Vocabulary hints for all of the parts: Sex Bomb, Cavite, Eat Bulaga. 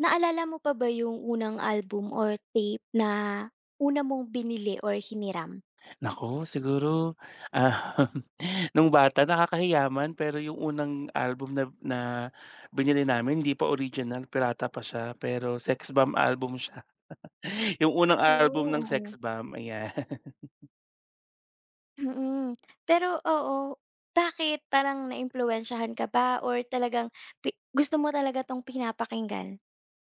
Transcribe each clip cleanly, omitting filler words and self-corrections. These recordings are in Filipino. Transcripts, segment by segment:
Naalala mo pa ba yung unang album or tape na una mong binili or hiniram? Naku, siguro, ah, nung bata nakakahiya man pero yung unang album na na binili namin hindi pa original, pirata pa siya pero Sex Bomb album siya. Yung unang Oo, album ng oo. Sex Bomb, ayan. Mm. Pero oo, bakit parang naimpluwensyahan ka ba or talagang gusto mo talaga 'tong pinapakinggan?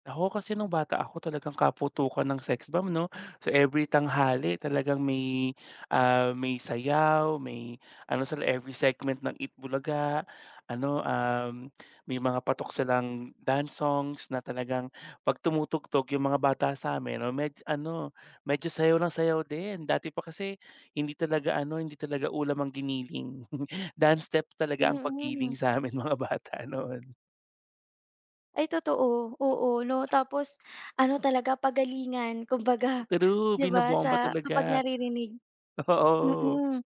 Ako kasi nung bata ako talagang kaputukan ng Sex Bomb 'no. So, every tanghali talagang may sayaw, may ano sa every segment ng Eat Bulaga, ano, may mga patok silang dance songs na talagang 'pag tumutugtog yung mga bata sa amin o ano, medyo sayaw ng sayaw din. Dati pa kasi hindi talaga ulam ang giniling. Dance step talaga Mm. ang Mm. paggiling sa amin mga bata noon. Ay totoo, oo 'no. Tapos ano talaga pagalingan kumbaga, True, 'di ba binobomba sa kapag talaga. naririnig. Oo. Mm.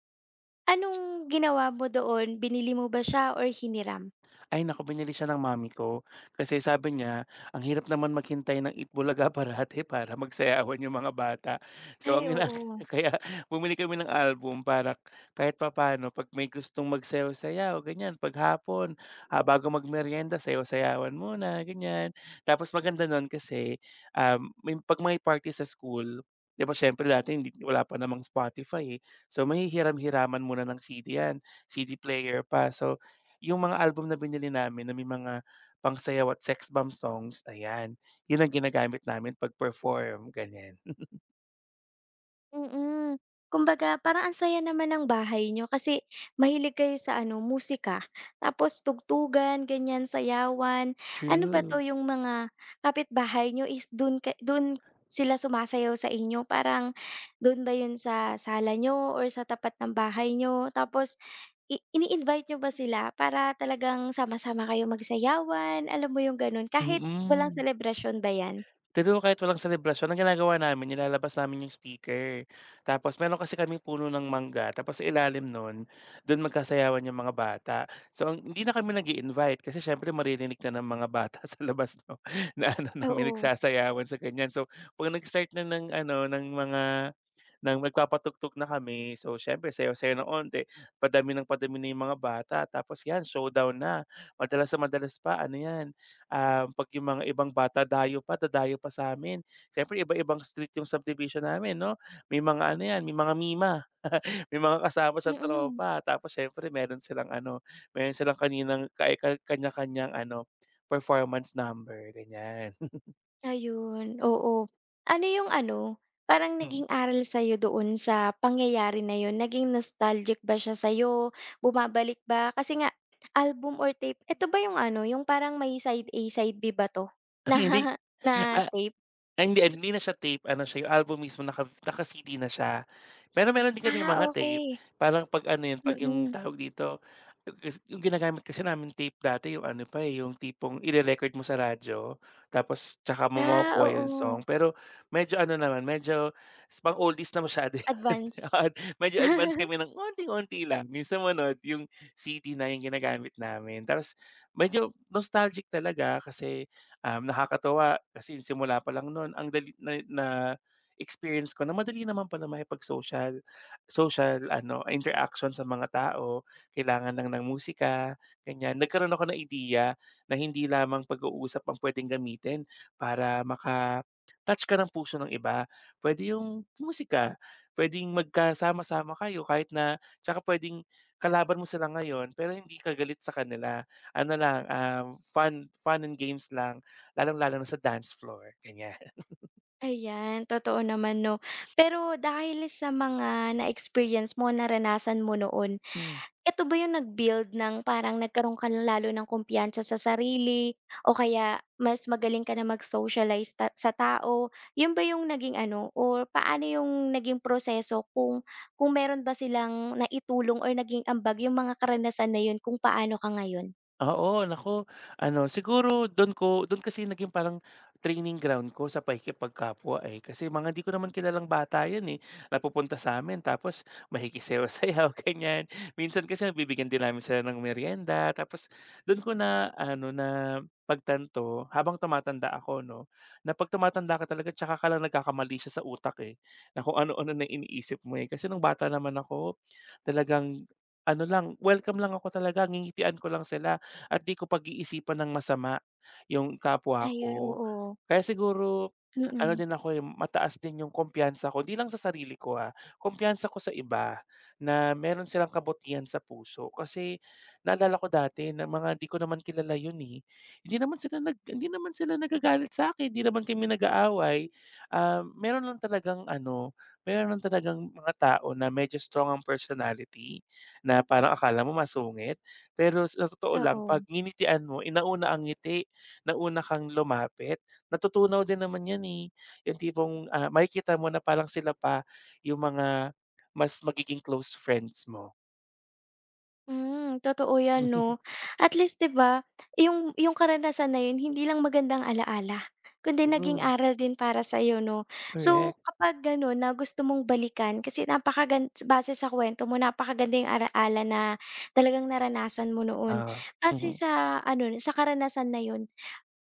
Anong ginawa mo doon, binili mo ba siya or hiniram? Ay naku, binili siya ng mami ko. Kasi sabi niya, ang hirap naman maghintay ng Itbulaga parati para magsayawan yung mga bata. So Ay, ang ina oo. kaya bumili kami ng album para kahit papaano 'pag may gustong magsayaw-sayaw ganyan, 'pag hapon, bago magmeryenda sayaw-sayawan muna, ganyan. Tapos maganda nun kasi, 'pag may party sa school, 'di ba siyempre dati hindi wala pa namang Spotify, eh. So, mahihiram-hiraman muna ng CD 'yan, CD player pa. So, yung mga album na binili namin na may mga pangsayaw at Sex Bomb songs, ayan, yun ang ginagamit namin pag-perform, ganyan. Mm. Kumbaga parang ang saya naman ng bahay niyo kasi mahilig kayo sa ano, musika, tapos tugtugan, ganyan, sayawan. Ano ba 'to, True, yung mga kapitbahay niyo is dun sila sumasayaw sa inyo? Parang dun ba yun sa sala niyo or sa tapat ng bahay niyo? Tapos ini-invite niyo ba sila para talagang sama-sama kayo magsayawan, alam mo yung ganun, kahit walang mm. selebrasyon ba yan? Pero kahit walang selebrasyon ang ginagawa namin nilalabas namin yung speaker. Tapos meron kasi kaming puno ng mangga tapos sa ilalim nun, dun magkasayawan yung mga bata. So ang hindi na kami nag invite kasi siyempre maririnig na ng mga bata sa labas 'no, na ano namin may Oo, nagsasayawan sa ganyan. So 'pag nag-start na ng ano, ng magpapatugtog na kami, so siyempre sayaw-sayaw na onte, padami ng padami na yung mga bata tapos 'yan showdown na. Madalas sa madalas pa ano 'yan, 'pag yung mga ibang bata dayo pa, dadayo pa sa'min. Siyempre iba-ibang street yung subdivision namin 'no, may mga ano 'yan, may mga mima, may mga kasama siyang mm. tropa. Tapos siyempre meron silang kaninang kay kanya-kanyang ano, performance number, ganyan. Ayun, oo. Ano yung ano, parang naging aral sa'yo doon sa pangyayari na yun? Naging nostalgic ba siya sa'yo? Bumabalik ba? Kasi nga, album or tape, eto ba yung ano, yung parang may side A, side B ba 'to? Na Hindi na ah, tape? Ay hindi, ah, hindi na siya tape ano siya, yung album mismo naka-CD na siya. Pero meron din kami Ah, mga tape, okey. parang 'pag ano yun, 'pag yung Mm. tawag dito, kasi yung ginagamit kasi namin tape dati yung ano pa, eh, yung tipong ire-record mo sa radyo, tapos tsaka mo Ah, makukuha yung oo. song. Pero medyo ano naman, medyo pang oldies na masyado yun, Advance. oo. Medyo advance kami ng onti onti lang. Minsan ano, yung CD na yung ginagamit namin. Tapos medyo nostalgic talaga kasi nakakatuwa kasi yung simula pa lang noon ang dali na na-experience ko na madali naman pala makipag-social social ano, interaction sa mga tao. Kailangan lang ng musika, ganyan. Nagkaroon ako ng idea na hindi lamang pag-uusap ang puwedeng gamitin para maka-touch ka ng puso ng iba. Puwede yung musika, puwedeng magkasama-sama kayo kahit na tsaka puwedeng kalaban mo sila ngayon pero hindi ka galit sa kanila. Ano lang, fun fun and games lang. Lalong-lalo na sa dance floor, ganyan. Ayan, totoo naman 'no. Pero dahil sa mga na-experience mo, naranasan mo noon, eto ba yung nag-build ng parang nagkaroon ka ng lalo ng kumpiyansa sa sarili o kaya mas magaling ka na mag-socialize sa tao, yun ba yung naging ano or paano yung naging proseso kung meron ba silang naitulong or naging ambag yung mga karanasan na yun kung paano ka ngayon? Oo, naku ano siguro dun ko dun kasi naging parang training ground ko sa pakikipagkapwa, eh. Kasi mga hindi ko naman kilalang bata yun, eh, na pupunta sa'min tapos makikisayaw-sayaw ganyan. Minsan kasi bibigyan din namin sila ng merienda tapos dun ko na ano na pagtanto habang tumatanda ako 'no, na 'pag tumatanda ka talaga tsaka ka lang nagkakamali siya sa utak, eh, na kung ano-ano na iniisip mo, eh. Kasi nung bata naman ako talagang ano lang, welcome lang ako talaga ngingitian ko lang sila at 'di ko pag-iisipan ng masama yung kapwa Ayun, ko. oo. Kaya siguro ano Mm, din ako, eh, mataas din yung kumpiyansa ko, hindi lang sa sarili ko, kumpiyansa ko sa iba na meron silang kabutihan sa puso. Kasi naalala ko dati na mga hindi ko naman kilala yun, eh, hindi naman sila nagagalit sa akin hindi naman kami nag-aaway. Um, meron lang talagang ano, meron lang talagang mga tao na medyo strong ang personality na parang akala mo masungit. Pero sa totoo lang oo. 'pag nginitian mo, eh, nauna ang ngiti, nauna kang lumapit, natutunaw din naman 'yan, eh. Yung tipong, makikita mo na parang sila pa yung mga mas magiging close friends mo. Hmm, totoo 'yan 'no. At least 'di ba, yung karanasan na yun hindi lang magandang ala-ala, kundi naging Mm, aral din para sa sa'yo 'no. So, correct. kapag gano'n na gusto mong balikan kasi base sa kuwento mo, napakaganda yung na talagang naranasan mo noon. Oo, Base mhm. sa ano, sa karanasan na yun,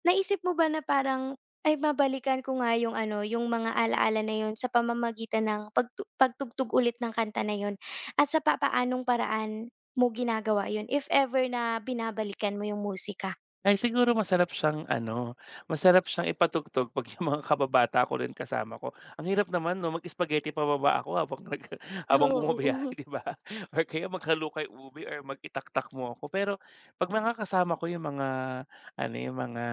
naisip mo ba na parang, ay mabalikan ko nga yung ano, yung mga alaala na yun sa pamamagitan ng pagtugtog ulit ng kanta na yun at sa papaanong paraan mo ginagawa yun if ever na binabalikan mo yung musika? Ay siguro masarap siyang ipatugtog 'pag yung mga kababata ko rin kasama ko. Ang hirap naman 'no, mag-spaghetti pababa ako habang nag habang Oo, bumabiyahe oo. 'di ba? Or kaya maghalo kay ube or mag-itaktak mo ako. Pero 'pag mga kasama ko yung mga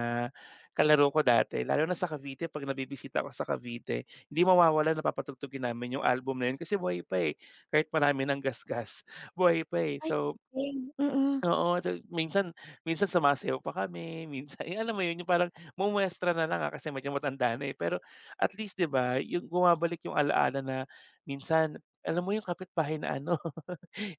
kalaro ko dati, lalo na sa Cavite 'pag nabibisita ako sa Cavite, hindi mawawala na papatugtugin namin yung album na yun kasi buhay pa, eh. Kahit marami ng gasgas, buhay pa, eh. Ay So. galing, mm. Oo, so minsan minsan sumasayaw pa kami, minsan eh, alam mo 'yun, yung parang mumuwestra na lang, kasi medyo matanda na, eh. Pero at least 'di ba, yung bumabalik yung alaala na minsan, alam mo yung kapitbahay na ano.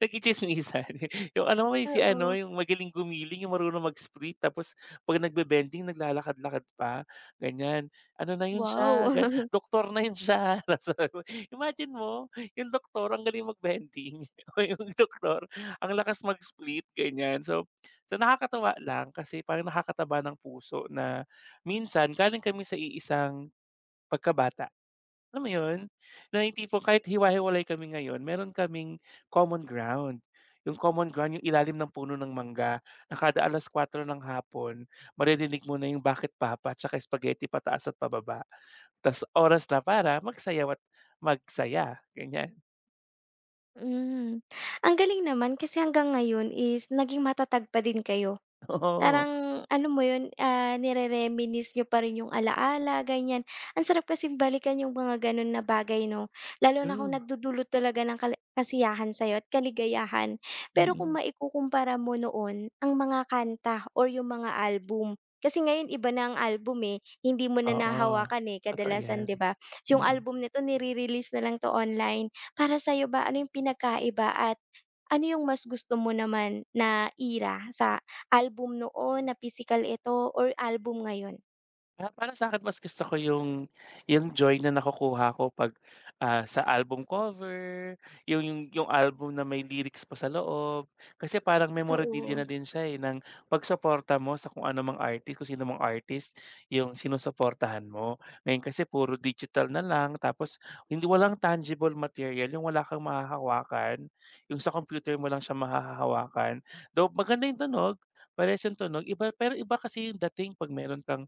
Nagchitsismisan. Yung ano mo yung si ano, Oo, yung magaling gumiling, yung marunong mag-split tapos 'pag nagbe-bending naglalakad-lakad pa, ganyan. Ano na yun siya, wow. doktor na yun siya. Tas sabi ko, imagine mo, yung doktor ang galing mag-bending o yung doktor ang lakas mag-split, ganyan. So nakakatuwa lang kasi parang nakakataba ng puso na minsan galing kami sa iisang pagkabata. Alam mo yun? Na yung tipong kahit hiwa-hiwalay kami ngayon, meron kaming common ground. Yung common ground, yung ilalim ng puno ng mangga na kada alas kwatro ng hapon, maririnig mo na yung Bakit Papa tsaka spaghetti pataas at pababa. Tas oras na para magsayaw at magsaya, ganyan. Hmm, ang galing naman kasi hanggang ngayon is naging matatag pa din kayo. Oo, Parang alam mo yun, ah, nire-reminisce niyo pa rin yung ala-ala, ganyan. Ang sarap kasing balikan yung mga ganun na bagay 'no, lalo na kung true. nagdudulot talaga ng kasiyahan sa'yo at kaligayahan. Pero kung Mm. maikukumpara mo noon ang mga kanta or yung mga album, kasi ngayon iba na ang album, eh, hindi mo na Oo, nahawakan, eh, totoo kadalasan yan. 'di ba? Yung Mm. album nito nire-release na lang 'to online. Para sa'yo ba ano yung pinagkaiba at ano yung mas gusto mo naman na era, sa album noon na pisikal ito or album ngayon? Ah, para sa'kin mas gusto ko yung joy na nakukuha ko 'pag, sa album cover, yung album na may lyrics pa sa loob. Kasi parang memorabilia na Oo. din siya, eh, ng pagsuporta mo sa kung ano mang artist, kung sino mang artist yung sinusuportahan mo. Ngayon kasi puro digital na lang tapos hindi walang tangible material, yung wala kang mahahawakan, yung sa computer mo lang siya mahahawakan. Though maganda yung tunog, parehas yung tunog, iba pero iba kasi yung dating 'pag meron kang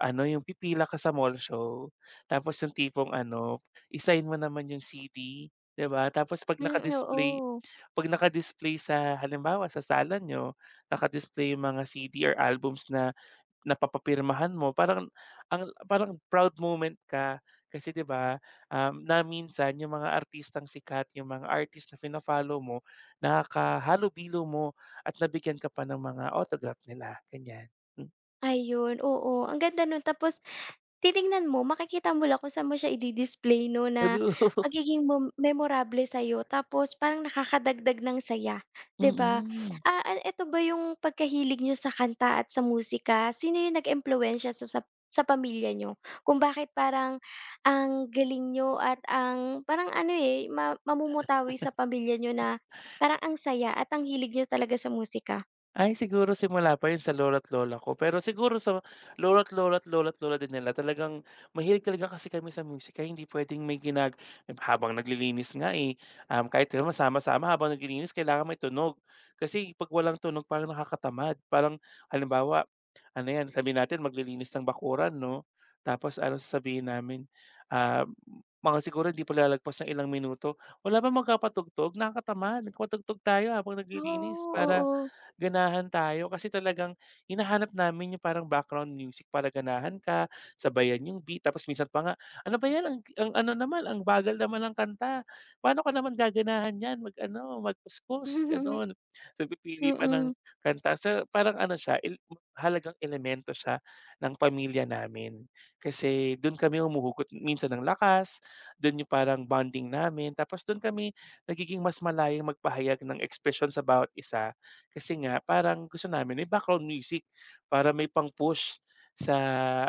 ano, yung pipila ka sa mall show, tapos yung tipong ano, i-sign mo naman yung CD, 'di ba? Tapos Mm, oo. 'pag naka-display sa halimbawa sa sala niyo, naka-display yung mga CD or albums na napapapirmahan mo, parang proud moment ka. Kasi 'di ba, na minsan yung mga artistang sikat, yung mga artist na fina-follow mo, nakakahalubilo mo at nabigyan ka pa ng mga autograph nila, ganyan. Hmm. Ayun, oo, ang ganda nun. Tapos titingnan mo, makikita mo lang kung saan mo siya i-di-display 'no na True. magiging memorable sa'yo tapos parang nakakadagdag ng saya, 'di ba? Mm. Ah, ah, eto ba yung pagkahilig niyo sa kanta at sa musika, sino yung nag-impluwensiya sa pamilya niyo? Kung bakit parang ang galing niyo at ang parang ano, eh, mamumutawi sa pamilya niyo na parang ang saya at ang hilig niyo talaga sa musika? Ay siguro simula pa yun sa lolo't lola ko. Pero siguro sa lolo't lola at lola din nila talagang mahilig talaga kasi kami sa music kaya hindi puwedeng may habang naglilinis nga, eh, kahit naman sama-sama habang naglilinis kailangan may tunog. Kasi 'pag walang tunog parang nakakatamad. Parang halimbawa, ano 'yan, sabihin natin maglilinis ng bakuran 'no, tapos ano sasabihin namin, ah, mga siguro hindi pa lalagpas ng ilang minuto, "Wala bang magpapatugtog? Nakakatamad. Magpatugtog tayo habang naglilinis Oh, para" oo. ganahan tayo kasi talagang hinahanap namin yung parang background music para ganahan ka, sabayan yung beat. Tapos minsan pa nga, "Ano ba 'yan ang ano naman, ang bagal naman ng kanta. Paano ka naman gaganahan niyan mag-ano, magkuskus." Gano'n. So, pipili pa ng Mm. kanta. So, parang ano siya, mahalagang elemento siya ng pamilya namin. Kasi do'n kami humuhugot minsan ng lakas, do'n yung parang bonding namin. Tapos do'n kami nagiging mas malayang magpahayag ng expression sa bawat isa. Kasi nga parang gusto namin may background music para may pang-push sa,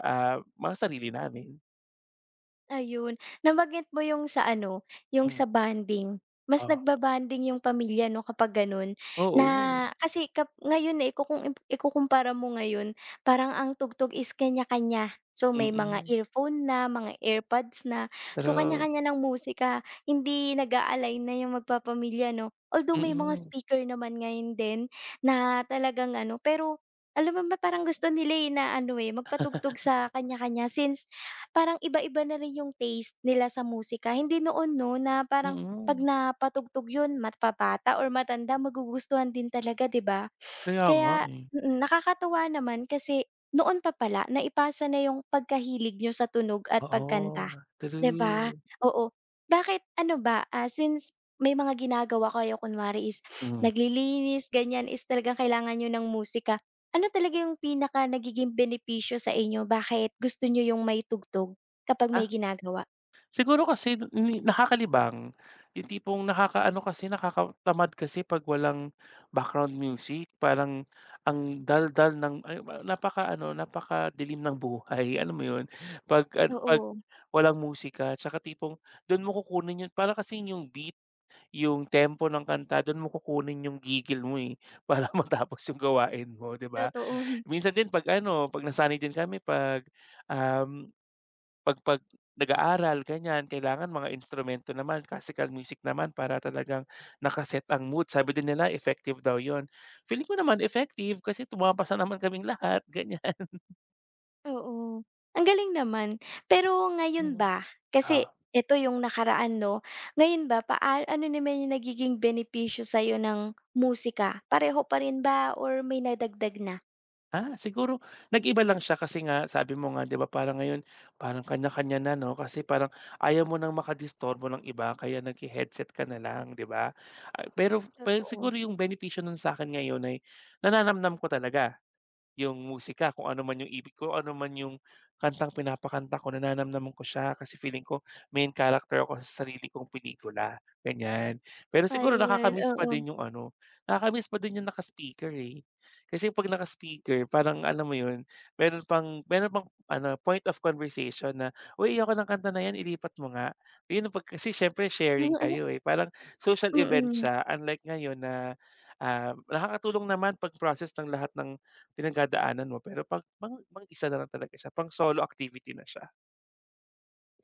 mga sarili namin. Ayun, nabanggit mo yung sa ano, yung Hmm, sa bonding. Mas oh, nagbabanding yung pamilya 'no kapag gano'n, oo, na kasi kap ngayon, eh, kung ikukumpara mo ngayon parang ang tugtog is kanya-kanya. So, may mga mm. earphone na, mga AirPods na. So, Pero kanya-kanya ng musika, hindi nag-a-align na yung magpapamilya 'no. Although may mga mm. speaker naman ngayon din na talagang ano, pero alam mo ba parang gusto nila, eh, na ano, eh, magpatugtog sa kanya-kanya since parang iba-iba na rin yung taste nila sa musika. Hindi noon 'no, na parang 'pag Mm, napatugtog yun mapabata or matanda magugustuhan din talaga, 'di ba? kaya nga, Kaya eh. mm, nakakatuwa naman kasi noon pa pala naipasa na yung pagkahilig niyo sa tunog at Oo, pagkanta. 'Di ba? true. Oo. Bakit ano ba, ah, since may mga ginagawa kayo kunwari is Hmm. naglilinis ganyan, is talagang kailangan niyo ng musika. Ano talaga yung pinaka nagiging benepisyo sa inyo, bakit gusto niyo yung may tugtog kapag may Ah ginagawa? Siguro kasi n- ni nakakalibang, yung tipong nakakaano kasi, nakakatamad kasi 'pag walang background music, parang ang dal-dal ng ay napaka dilim ng buhay, alam mo 'yun? 'Pag Oo, walang musika, tsaka tipong do'n mo kukunin 'yun para kasing yung beat, yung tempo ng kanta do'n mo kukunin yung gigil mo, eh, para matapos yung gawain mo, 'di ba? totoo, Minsan din 'pag ano, 'pag nasanay din kami 'pag, um 'Pag 'pag nag-aaral ganyan, kailangan mga instrumento naman, classical music naman para talagang nakaset ang mood. Sabi din nila effective daw yon. Feeling ko naman effective kasi tumapasa naman kaming lahat, ganyan. oo. Ang galing naman. Pero ngayon Mhm. ba, kasi Ah, eto yung nakaraan 'no, ngayon ba ano naman yung nagiging benepisyo sa'yo ng musika? Pareho pa rin ba or may nadagdag na? Siguro nag-iba lang siya kasi nga sabi mo nga 'di ba parang ngayon parang kanya-kanya na 'no, kasi parang ayaw mo ng makadisturbo ng iba kaya naghe-headset ka na lang 'di ba? Ah, pero pero Totoo. siguro yung benepisyo nun sa'kin ngayon ay nananamnam ko talaga. Yung musika kung ano man yung ibig ko, ano man yung kantang pinapakanta ko nananamnaman ko siya kasi feeling ko main character ako sa sarili kong pelikula, ganyan. Pero siguro Ayun, oo. Nakaka pa din yung naka-speaker, eh. Kasi 'pag naka-speaker parang alam mo yun, meron pang ano, point of conversation na, "Uy, ayoko ng kanta na yan, ilipat mo nga." Yun ang 'pag kasi siyempre sharing kayo, eh, parang social event Mm, siya unlike ngayon na, nakakatulong naman pag-process ng lahat ng pinagdadaanan mo pero 'pag pang mag-isa na lang talaga siya, pang solo activity na siya,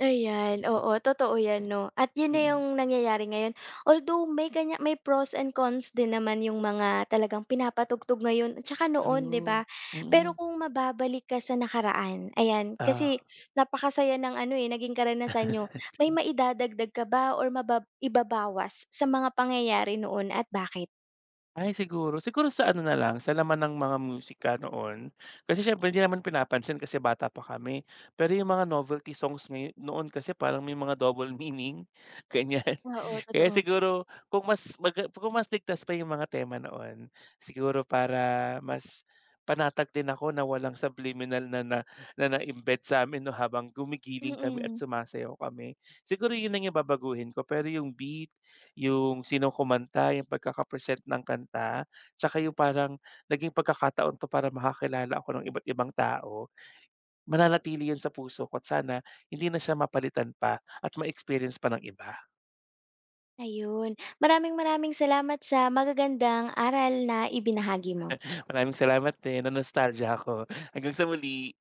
ayan, oo, totoo 'yan 'no, at 'yun na mm. 'yung nangyayari ngayon. Although may kanya, may pros and cons din naman 'yung mga talagang pinapatugtog ngayon at saka noon, 'di ba? True, Pero mm. kung mababalik ka sa nakaraan, ayan, kasi Oh. napakasaya ng ano, eh, naging karanasan niyo, may maidadagdag ka ba or ibabawas sa mga pangyayari noon at bakit? Ay siguro sa ano na lang, sa laman ng mga musika noon. Kasi siyempre hindi naman pinapansin kasi bata pa kami. Pero yung mga novelty songs noon kasi parang may mga double meaning, ganyan. Oo, Kaya totoo. siguro kung mas ligtas pa yung mga tema noon, siguro para mas panatag din ako na walang subliminal na na na na-embed sa'min 'no habang gumigiling kami at Mm. sumasayaw kami. Siguro yun lang yung babaguhin ko pero yung beat, yung sinong kumanta, yung pagkakapresent ng kanta, tsaka yung parang naging pagkakataon 'to para makakilala ako ng iba't ibang tao. Mananatili yun sa puso ko at sana hindi na siya mapalitan pa at ma-experience pa ng iba. Ayun, maraming maraming salamat sa magagandang aral na ibinahagi mo. Maraming salamat din, na-nostalgia ako. Hanggang sa muli.